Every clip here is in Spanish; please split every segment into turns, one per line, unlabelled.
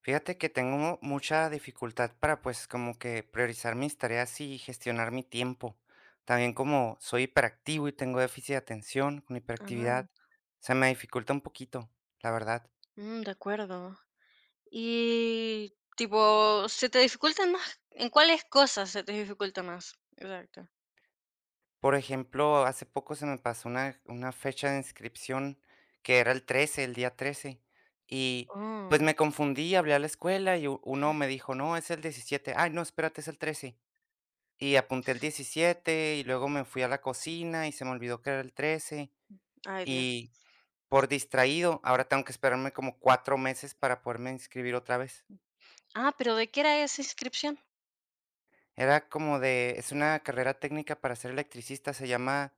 Fíjate que tengo mucha dificultad para pues como que priorizar mis tareas y gestionar mi tiempo. También como soy hiperactivo y tengo déficit de atención con
Ah,
hiperactividad, se me dificulta un poquito, la verdad.
mm, de acuerdo. Y tipo, ¿se te dificulta más? ¿En cuáles cosas se te dificulta más? Exacto.
Por ejemplo, hace poco se me pasó una fecha de inscripción que era el 13, el día 13 y pues
Oh,
me confundí, hablé a la escuela y uno me dijo, no, es el 17, ay, no, espérate, es el 13. Y apunté el 17 y luego me fui a la cocina y se me olvidó que era el 13.
ay Dios.
Y por distraído, ahora tengo que esperarme como 4 meses para poderme inscribir otra vez.
Ah, pero ¿de qué era esa inscripción?
Era como de es una carrera técnica para ser electricista, se llama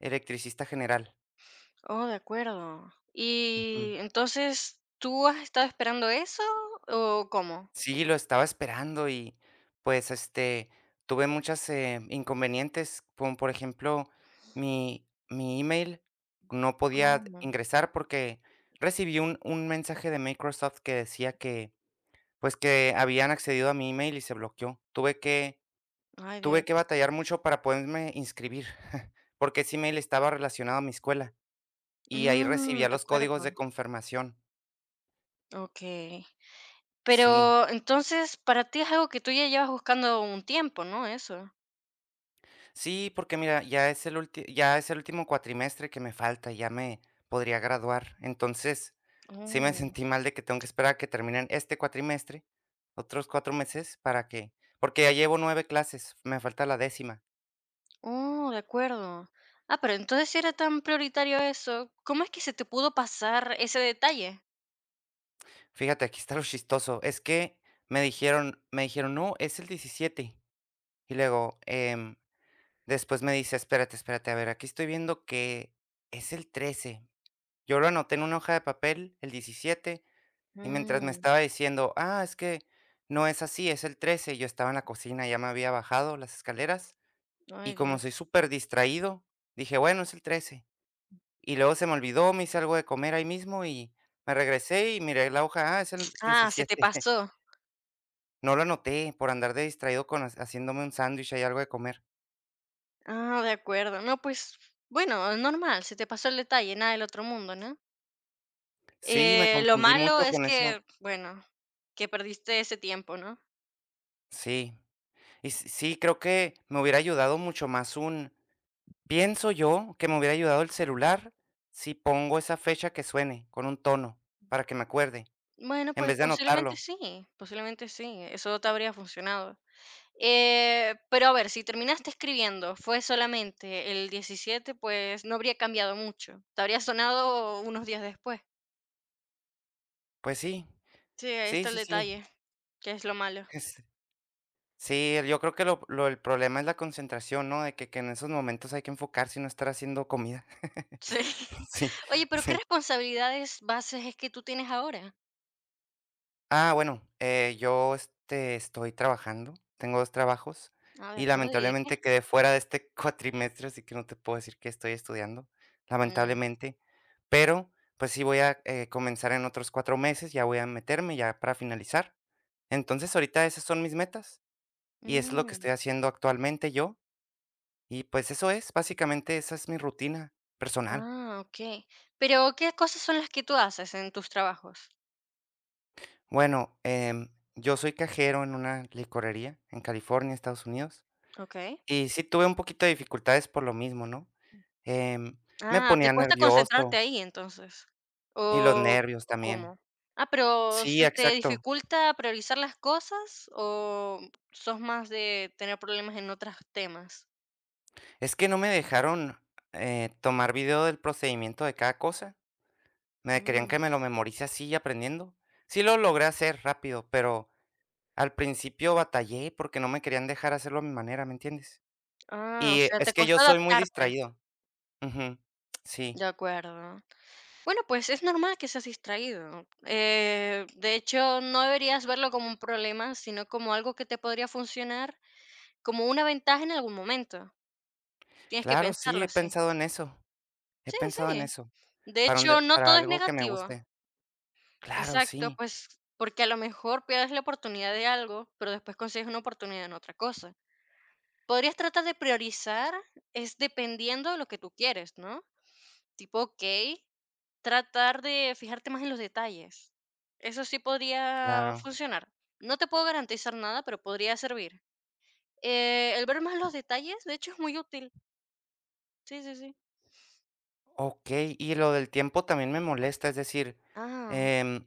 electricista general.
Oh, de acuerdo.
Ujú.
Y entonces, ¿tú has estado esperando eso o cómo?
Sí, lo estaba esperando y, pues, este, tuve muchas, inconvenientes, como por ejemplo, mi mi email no
Oh,
podía ingresar porque recibí un mensaje de Microsoft que decía que, pues, que habían accedido a mi email y se bloqueó. Tuve que
ay
Tuve que
Dios.
batallar mucho para poderme inscribir, porque ese email estaba relacionado a mi escuela y ahí
Mm,
recibía
de
los códigos
acuerdo.
de confirmación.
Ok.
Sí,
Pero entonces, para ti es algo que tú ya llevas buscando un tiempo, ¿no? Eso.
sí, porque mira, ya es el último cuatrimestre que me falta, ya me podría graduar. Entonces, sí me
Oh.
sentí mal de que tengo que esperar a que terminen este cuatrimestre, otros 4 meses para que porque ya llevo 9 clases, me falta la décima.
Oh, de acuerdo. Ah, pero entonces si era tan prioritario eso, ¿cómo es que se te pudo pasar ese detalle?
Fíjate, aquí está lo chistoso, es que me dijeron: "No, es el 17", y luego, después me dice: "Espérate, espérate, a ver, aquí estoy viendo que es el 13". Yo lo anoté en una hoja de papel, el 17. Y mientras me
Mm,
estaba diciendo: "Ah, es que no es así, es el 13", yo estaba en la cocina, ya me había bajado las escaleras,
ay,
y como soy
Dios.
súper distraído, dije: "Bueno, es el 13". Y luego se me olvidó, me hice algo de comer ahí mismo y me regresé y miré la hoja: "Ah, es el
Ah, se te
17".
pasó.
No lo anoté por andar de distraído con haciéndome un sándwich y algo de comer.
Ah, de acuerdo. No, pues bueno, es normal, se te pasó el detalle, nada del otro mundo, ¿no?
Sí, me
Lo
confundí
malo
mucho
es
con eso.
que, bueno, que perdiste ese tiempo, ¿no?
Sí. Y s sí, creo que me hubiera ayudado mucho más un pienso yo que me hubiera ayudado el celular si pongo esa fecha que suene con un tono para que me acuerde,
Bueno,
en
pues
vez de anotarlo.
posiblemente sí, eso te habría funcionado. Pero a ver, si terminaste escribiendo, fue solamente el 17 pues no habría cambiado mucho. Te habría sonado unos días después.
Pues sí,
Sí, ahí
sí,
está el
sí, sí,
detalle, que es lo malo.
es sí, yo creo que lo el problema es la concentración, ¿no? De que en esos momentos hay que enfocarse y no estar haciendo comida.
Sí.
Sí,
Oye, pero ¿qué
sí.
responsabilidades bases es que tú tienes ahora?
Ah, bueno, yo, este, estoy trabajando, tengo 2 trabajos
Ah, de
y
acuerdo, ¿y de qué?
lamentablemente quedé fuera de este cuatrimestre, así que no te puedo decir que estoy estudiando,
Mm,
lamentablemente, pero, pues sí voy a, comenzar en otros 4 meses, ya voy a meterme ya para finalizar. Entonces, ahorita esas son mis metas y es lo que
mm.
estoy haciendo actualmente yo y, pues, eso es, básicamente esa es mi rutina personal.
Ah, ok. Pero ¿qué cosas son las que tú haces en tus trabajos?
Bueno, yo soy cajero en una licorería en California, Estados Unidos.
Ok.
Y sí tuve un poquito de dificultades por lo mismo, ¿no? Em, me
Ah, ¿te
ponía
cuesta
nervioso,
concentrarte ahí entonces?
y los
¿O
nervios también.
cómo? Ah, pero
Sí,
¿se te
exacto.
dificulta priorizar las cosas o sos más de tener problemas en otros temas?
Es que no me dejaron, tomar video del procedimiento de cada cosa. Me querían
Mm,
que me lo memorice así aprendiendo. Sí lo logré hacer rápido, pero al principio batallé porque no me querían dejar hacerlo a mi manera, ¿me entiendes?
ah, o
Y
sea,
es
te
que yo
costó
soy muy
adaptarte.
distraído. Ujú. Sí.
De acuerdo. Bueno, pues es normal que seas distraído. De hecho, no deberías verlo como un problema, sino como algo que te podría funcionar como una ventaja en algún momento. Tienes que
Claro, sí,
pensarlo
he
así.
pensado en eso. He
Sí,
pensado en
sí.
eso,
De
para un de
hecho, no
para
todo es
algo que me
negativo.
guste. Claro,
Exacto,
sí,
pues, porque a lo mejor pierdes la oportunidad de algo, pero después consigues una oportunidad en otra cosa. Podrías tratar de priorizar, es dependiendo de lo que tú quieres, ¿no? Tipo, okey, tratar de fijarte más en los detalles. Eso sí podría
claro.
funcionar. No te puedo garantizar nada, pero podría servir. El ver más los detalles, de hecho, es muy útil. Sí, sí, sí.
Okey, y lo del tiempo también me molesta, es decir,
Ah,
em,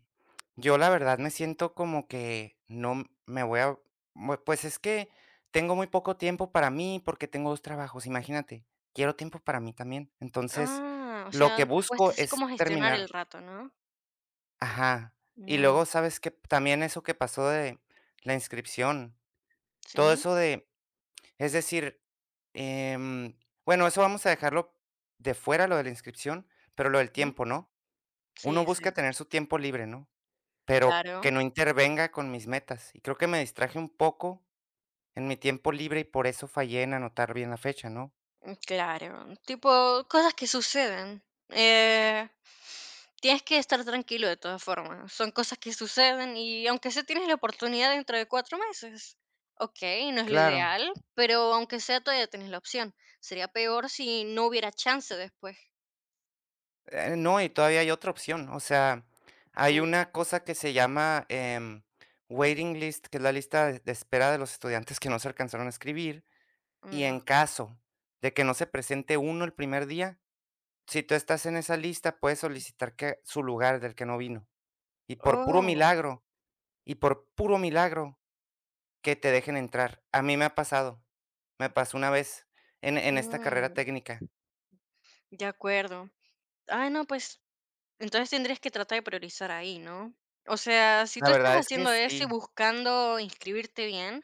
yo la verdad me siento como que no m- me voy a bue pues es que tengo muy poco tiempo para mí porque tengo 2 trabajos, imagínate, quiero tiempo para mí también. Entonces,
ah, o
lo
sea,
que
te cuesta
busco
así
es
como gestionar el
terminar,
rato, ¿no?
ajá, y
Mm,
luego, ¿sabes que también eso que pasó de la inscripción, todo
sí,
eso de... Es decir, em, bueno, eso vamos a dejarlo de fuera, lo de la inscripción, pero lo del
sí,
tiempo, ¿no? Uno
sí,
busca
sí,
tener su tiempo libre, ¿no? Pero que
claro.
no intervenga con mis metas. Y creo que me distraje un poco en mi tiempo libre y por eso fallé en anotar bien la fecha, ¿no?
Mm, claro, tipo cosas que suceden. Eh, tienes que estar tranquilo de todas formas. Son cosas que suceden y aunque sea tienes la oportunidad dentro de 4 meses. Ok, no es lo
Claro.
ideal, pero aunque sea todavía tienes la opción. Sería peor si no hubiera chance después.
No, y todavía hay otra opción. O sea, hay
Uy,
una cosa que se llama, waiting list, que es la lista de espera de los estudiantes que no se alcanzaron a escribir. Y
anda.
en caso de que no se presente uno el primer día, si tú estás en esa lista, puedes solicitar que su lugar del que no vino, y por puro
Oh,
milagro, y por puro milagro que te dejen entrar. A mí me ha pasado, me pasó una vez en esta carrera
mm,
técnica.
de acuerdo. Ah, no, pues entonces tendrías que tratar de priorizar ahí, ¿no? O sea, si
La
tú estás
verdad es que
haciendo eso y
sí,
buscando inscribirte bien,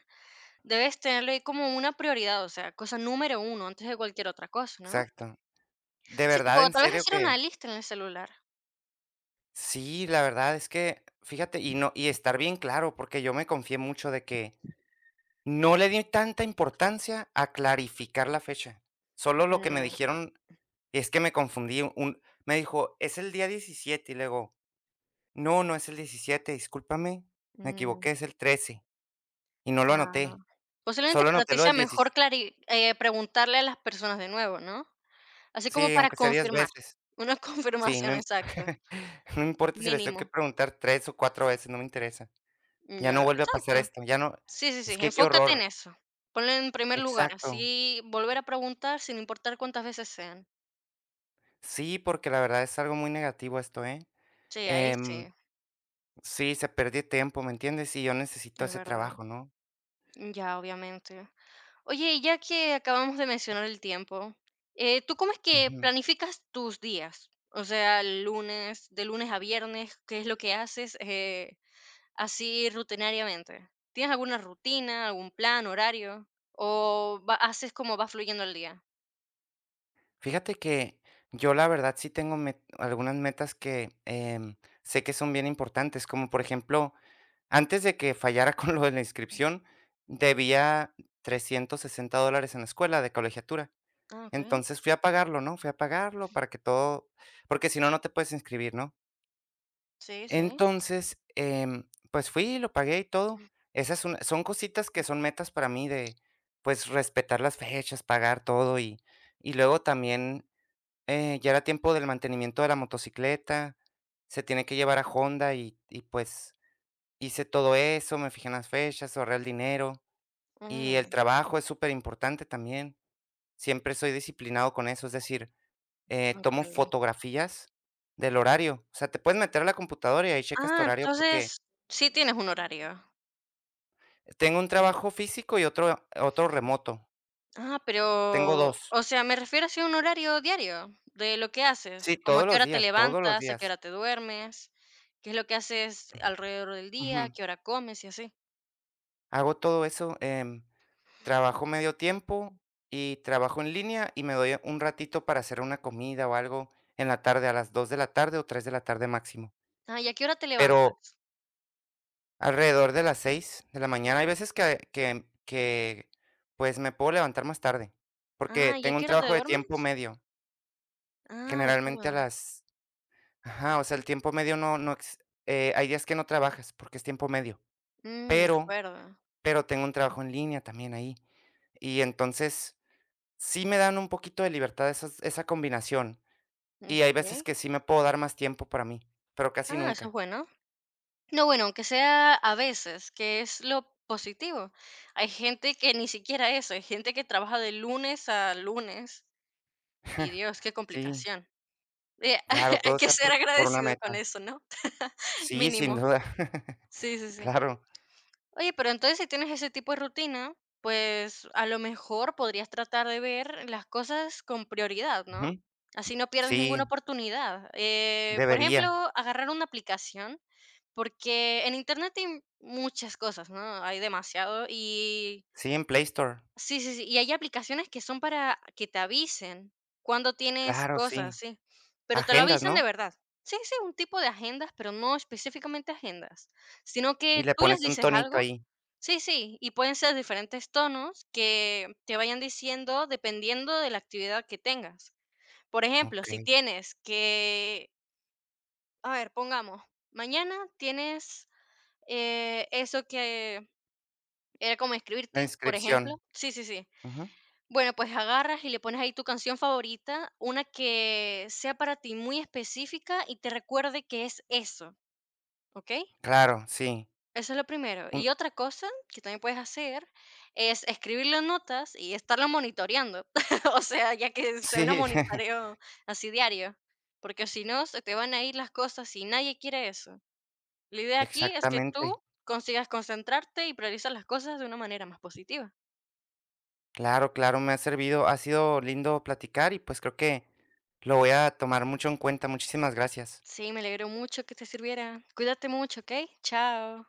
debes tenerlo ahí como una prioridad, o sea, cosa número uno, antes de cualquier otra cosa, ¿no?
exacto. De
Sí,
verdad,
tipo,
en
tal vez
serio
hacer una
que
lista en el celular.
sí, la verdad es que, fíjate, y no y estar bien claro, porque yo me confié mucho de que no le di tanta importancia a clarificar la fecha. Solo lo que me
Mm,
dijeron. Y es que me confundí, un me dijo: "Es el día 17", y le digo: "No, no es el 17, discúlpame, me
mm,
equivoqué, es el 13", y no lo
ah.
anoté,
Posiblemente
solo
para
anoté
ti
lo
sea
del
mejor
17,
clari preguntarle a las personas de nuevo, ¿no? Así como
sí,
para
aunque sea 10
confirmar,
veces,
una
sí, no
confirmación,
im
exacto,
no importa si les tengo que
mínimo.
preguntar 3 o 4 veces, no me interesa, ya no
Ya,
vuelve a pasar
exacto.
esto, ya no,
Sí, sí, sí,
es que qué
enfócate en
horror,
eso. Ponlo en primer lugar,
exacto,
así volver a preguntar sin importar cuántas veces sean.
sí, porque la verdad es algo muy negativo esto, ¿eh?
Sí, ahí
Em,
sí,
sí, se perdió tiempo, ¿me entiendes? Y yo necesito
es
ese
verdad.
trabajo, ¿no?
Ya, obviamente. Oye, y ya que acabamos de mencionar el tiempo, ¿tú cómo es que
Ujú.
planificas tus días? O sea, lunes, de lunes a viernes, ¿qué es lo que haces así rutinariamente? ¿Tienes alguna rutina, algún plan, horario? ¿O haces como va fluyendo el día?
Fíjate que yo la verdad sí tengo algunas metas que, sé que son bien importantes, como por ejemplo, antes de que fallara con lo de la inscripción, debía $360 en la escuela de colegiatura.
Ah, ok.
Entonces fui a pagarlo, ¿no? Fui a pagarlo para que todo, porque si no, no te puedes inscribir, ¿no?
Sí, sí.
Entonces, pues fui, lo pagué y todo. Esas son, son cositas que son metas para mí de, pues, respetar las fechas, pagar todo y luego también ya era tiempo del mantenimiento de la motocicleta, se tiene que llevar a Honda y pues, hice todo eso, me fijé en las fechas, ahorré el dinero, y el
Mm,
trabajo es súper importante también. Siempre soy disciplinado con eso, es decir, tomo
ok.
fotografías del horario. O sea, te puedes meter a la computadora y ahí checas tu
Ah,
horario, porque
entonces sí tienes un horario.
tengo un trabajo físico y otro remoto.
Ah, pero,
Tengo 2
o sea, me refiero así a un horario diario de lo que
Sí,
haces, como a
todos
qué
los
hora te
días, todos los
levantas, a qué
días.
hora te duermes, qué es lo que haces alrededor del día, a
Ujú.
qué hora comes y así.
Hago todo eso, trabajo medio tiempo y trabajo en línea y me doy un ratito para hacer una comida o algo en la tarde, a las 2 de la tarde o 3 de la tarde máximo.
Ah, ¿y a qué hora te
Pero
levantas?
alrededor de las 6 de la mañana, hay veces pues, me puedo levantar más tarde, porque
Ah, ¿y a
tengo
qué
un
hora te
trabajo de tiempo
duermes?
medio.
Ah, de
Generalmente a
acuerdo.
las... ajá, o sea, el tiempo medio no no ex hay días que no trabajas porque es tiempo medio,
Mm, de
pero
acuerdo.
pero tengo un trabajo en línea también ahí. Y entonces sí me dan un poquito de libertad esa combinación, y hay veces
Okey.
que sí me puedo dar más tiempo para mí, pero casi
Ah, eso es
nunca.
bueno. No, bueno, aunque sea a veces, que es lo positivo. Hay gente que ni siquiera eso, hay gente que trabaja de lunes a lunes, y Dios, qué
Sí,
complicación. Eh,
claro,
hay
todo
que
sea
ser
por una
agradecido con
meta.
eso, ¿no?
Sí, sin
Mínimo.
duda.
Sí, sí, sí.
Claro.
Oye, pero entonces si tienes ese tipo de rutina, pues a lo mejor podrías tratar de ver las cosas con prioridad, ¿no?
Ujú.
Así no pierdes
Sí,
ninguna oportunidad. Por ejemplo,
debería.
agarrar una aplicación, porque en internet hay muchas cosas, ¿no? Hay demasiado y
Sí, en Play Store.
Sí, sí, sí, y hay aplicaciones que son para que te avisen cuando tienes
Claro, sí.
cosas, sí, pero te lo
Agendas,
avisan
¿no?
de verdad. Sí, sí, un tipo de agendas, pero no específicamente agendas, sino
Y
que
le
tú les
pones un
dices
tonito
algo.
ahí.
Sí, sí, y pueden ser diferentes tonos que te vayan diciendo dependiendo de la actividad que tengas. Por ejemplo, si
Okey.
tienes que, a ver, pongamos, mañana tienes eso que era como
La
escribirte, por
inscripción.
ejemplo. Sí, sí, sí.
Ujú.
Bueno, pues agarras y le pones ahí tu canción favorita, una que sea para ti muy específica y te recuerde que es eso, ¿ok?
Claro, sí.
Eso es lo primero.
Un
Y otra cosa que también puedes hacer es escribir las notas y estarlo monitoreando. O sea, ya que sea un
sí,
monitoreo así diario, porque si no, se te van a ir las cosas y nadie quiere eso. La idea aquí es que
exactamente.
tú consigas concentrarte y priorizar las cosas de una manera más positiva.
Claro, claro, me ha servido, ha sido lindo platicar y pues creo que lo voy a tomar mucho en cuenta. Muchísimas gracias.
Sí, me alegro mucho que te sirviera. Cuídate mucho, ¿ok? Chao.